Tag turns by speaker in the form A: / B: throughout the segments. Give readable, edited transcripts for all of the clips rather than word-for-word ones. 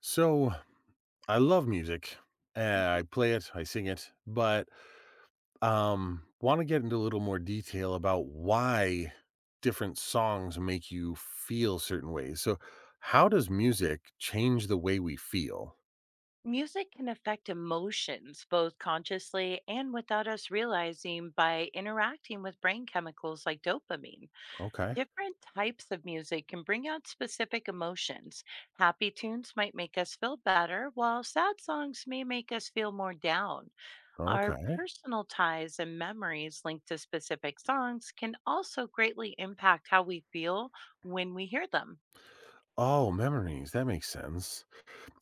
A: So I love music.
B: Mhm.
A: I play it, I sing it, but want to get into a little more detail about why different songs make you feel certain ways. So, how does music change the way we feel?
B: Music can affect emotions both consciously and without us realizing by interacting with brain chemicals like dopamine.
A: Okay.
B: Different types of music can bring out specific emotions. Happy tunes might make us feel better, while sad songs may make us feel more down. Our
A: Okay.
B: personal ties and memories linked to specific songs can also greatly impact how we feel when we hear them.
A: Oh, memories. That makes sense.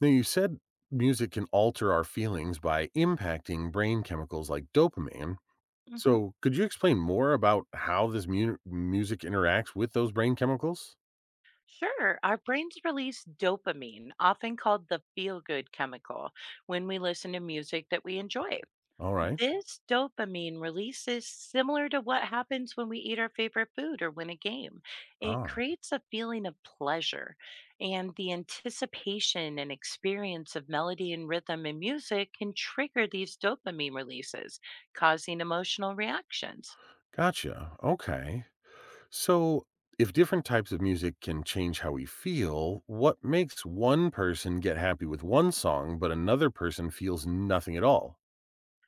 A: Now, you said music can alter our feelings by impacting brain chemicals like dopamine.
B: Mhm.
A: So, could you explain more about how music interacts with those brain chemicals?
B: Sure, our brains release dopamine, often called the feel good chemical, when we listen to music that we enjoy.
A: All right.
B: This dopamine release is similar to what happens when we eat our favorite food or win a game. It
A: Ah,
B: creates a feeling of pleasure, and the anticipation and experience of melody and rhythm in music can trigger these dopamine releases, causing emotional reactions.
A: gotcha. Okay. So, if different types of music can change how we feel, what makes one person get happy with one song, but another person feels nothing at all?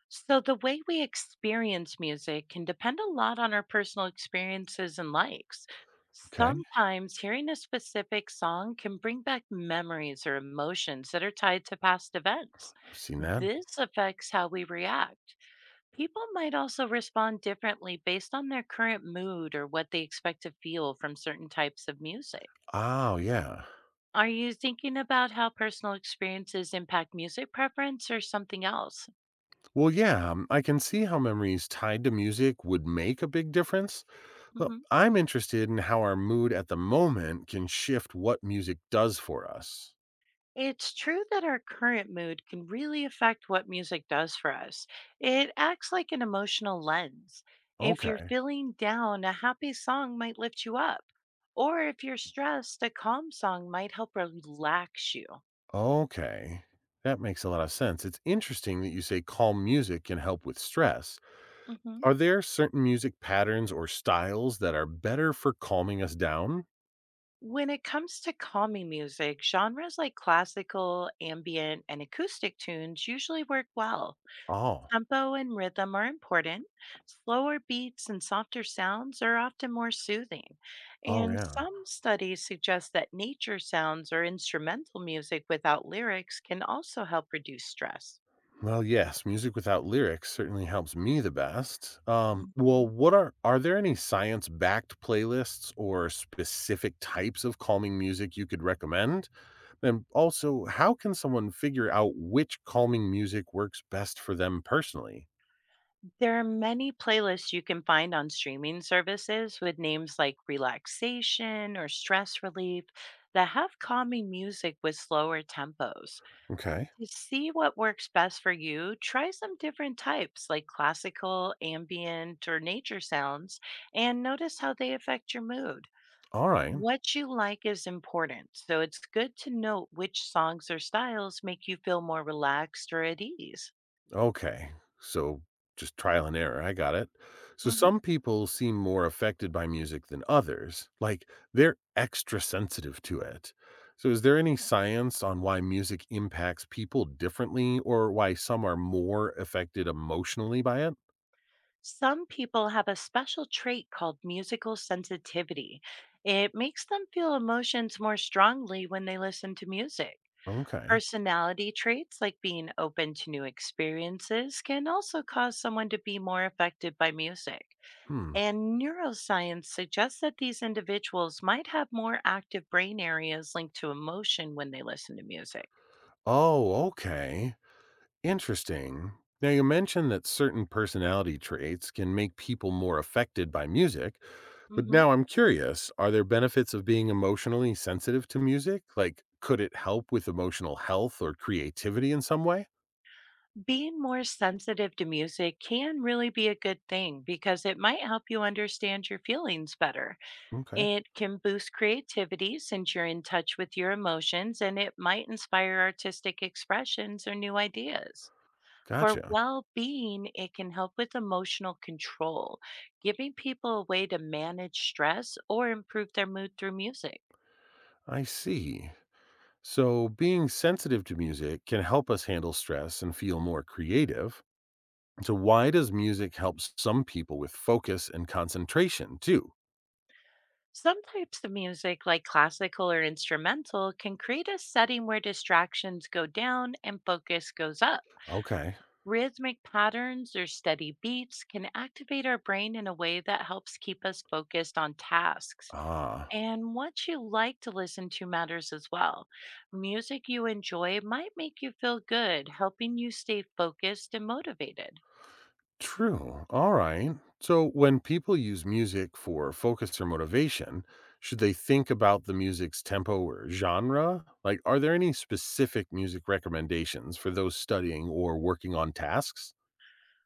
B: So, the way we experience music can depend a lot on our personal experiences and likes.
A: Okay.
B: Sometimes hearing a specific song can bring back memories or emotions that are tied to past events.
A: I've seen that.
B: This affects how we react. People might also respond differently based on their current mood or what they expect to feel from certain types of music.
A: Oh, yeah.
B: Are you thinking about how personal experiences impact music preference or something else?
A: Well, yeah, I can see how memories tied to music would make a big difference, but
B: Mhm.
A: I'm interested in how our mood at the moment can shift what music does for us.
B: It's true that our current mood can really affect what music does for us. It acts like an emotional lens. If you're
A: Okay.
B: feeling down, a happy song might lift you up. Or if you're stressed, a calm song might help relax you.
A: Okay. That makes a lot of sense. It's interesting that you say calm music can help with stress.
B: hmm
A: Are there certain music patterns or styles that are better for calming us down?
B: When it comes to calming music, genres like classical, ambient, and acoustic tunes usually work well.
A: Oh,
B: Tempo and rhythm are important. Slower beats and softer sounds are often more soothing.
A: oh,
B: And
A: yeah.
B: some studies suggest that nature sounds or instrumental music without lyrics can also help reduce stress.
A: Well, yes, music without lyrics certainly helps me the best. Well,
B: Mhm.
A: what are there any science-backed playlists or specific types of calming music you could recommend? And also, how can someone figure out which calming music works best for them personally?
B: There are many playlists you can find on streaming services with names like relaxation or stress relief that have calming music with slower tempos.
A: Okay.
B: To see what works best for you, try some different types like classical, ambient, or nature sounds and notice how they affect your mood.
A: Alright,
B: What you like is important, so it's good to note which songs or styles make you feel more relaxed or at ease.
A: okay. So, just trial and error, I got it. So
B: hmm
A: some people seem more affected by music than others, like, they're extra sensitive to it. So is there any science on why music impacts people differently or why some are more affected emotionally by it?
B: Some people have a special trait called musical sensitivity. It makes them feel emotions more strongly when they listen to music.
A: Okay.
B: Personality traits like being open to new experiences can also cause someone to be more affected by music.
A: Hmm.
B: And neuroscience suggests that these individuals might have more active brain areas linked to emotion when they listen to music.
A: Oh, okay. Interesting. Now, you mentioned that certain personality traits can make people more affected by music, but
B: Mhm.
A: now I'm curious, are there benefits of being emotionally sensitive to music? Like, could it help with emotional health or creativity in some way?
B: Being more sensitive to music can really be a good thing because it might help you understand your feelings better.
A: Okay,
B: It can boost creativity since you're in touch with your emotions and it might inspire artistic expressions or new ideas. For
A: gotcha.
B: well-being, it can help with emotional control, giving people a way to manage stress or improve their mood through music.
A: I see. So, being sensitive to music can help us handle stress and feel more creative. So, why does music help some people with focus and concentration too?
B: Some types of music, like classical or instrumental, can create a setting where distractions go down and focus goes up.
A: Okay.
B: Rhythmic patterns or steady beats can activate our brain in a way that helps keep us focused on tasks.
A: Ah,
B: And what you like to listen to matters as well. Music you enjoy might make you feel good, helping you stay focused and motivated.
A: true. All right. So, when people use music for focus or motivation, should they think about the music's tempo or genre? Like, are there any specific music recommendations for those studying or working on tasks?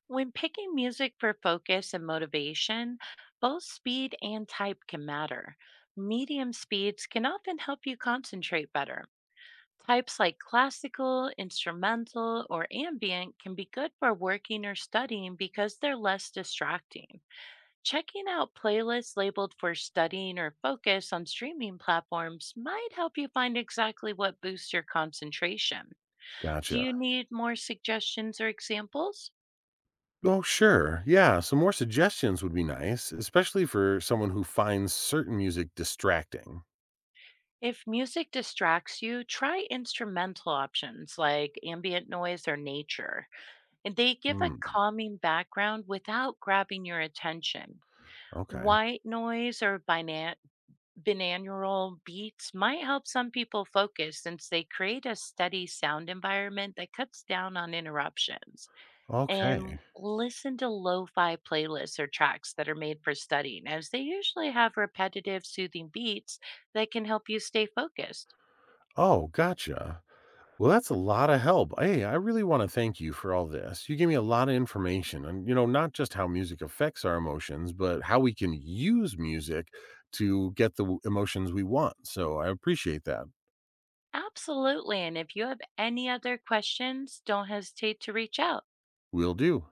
B: When picking music for focus and motivation, both speed and type can matter. Medium speeds can often help you concentrate better. Types like classical, instrumental, or ambient can be good for working or studying because they're less distracting. Checking out playlists labeled for studying or focus on streaming platforms might help you find exactly what boosts your concentration. Do you
A: Gotcha.
B: need more suggestions or examples?
A: Oh, sure. Yeah. Some more suggestions would be nice, especially for someone who finds certain music distracting.
B: If music distracts you, try instrumental options like ambient noise or nature. And they give a
A: Mm,
B: calming background without grabbing your attention.
A: okay.
B: White noise or binaural beats might help some people focus since they create a steady sound environment that cuts down on interruptions. And
A: Okay.
B: listen to lo fi playlists or tracks that are made for studying, as they usually have repetitive, soothing beats that can help you stay focused.
A: Oh, gotcha. Well, that's a lot of help. Hey, I really want to thank you for all this. You gave me a lot of information and, not just how music affects our emotions, but how we can use music to get emotions we want. So I appreciate that.
B: Absolutely. And if you have any other questions, don't hesitate to reach out.
A: Will do.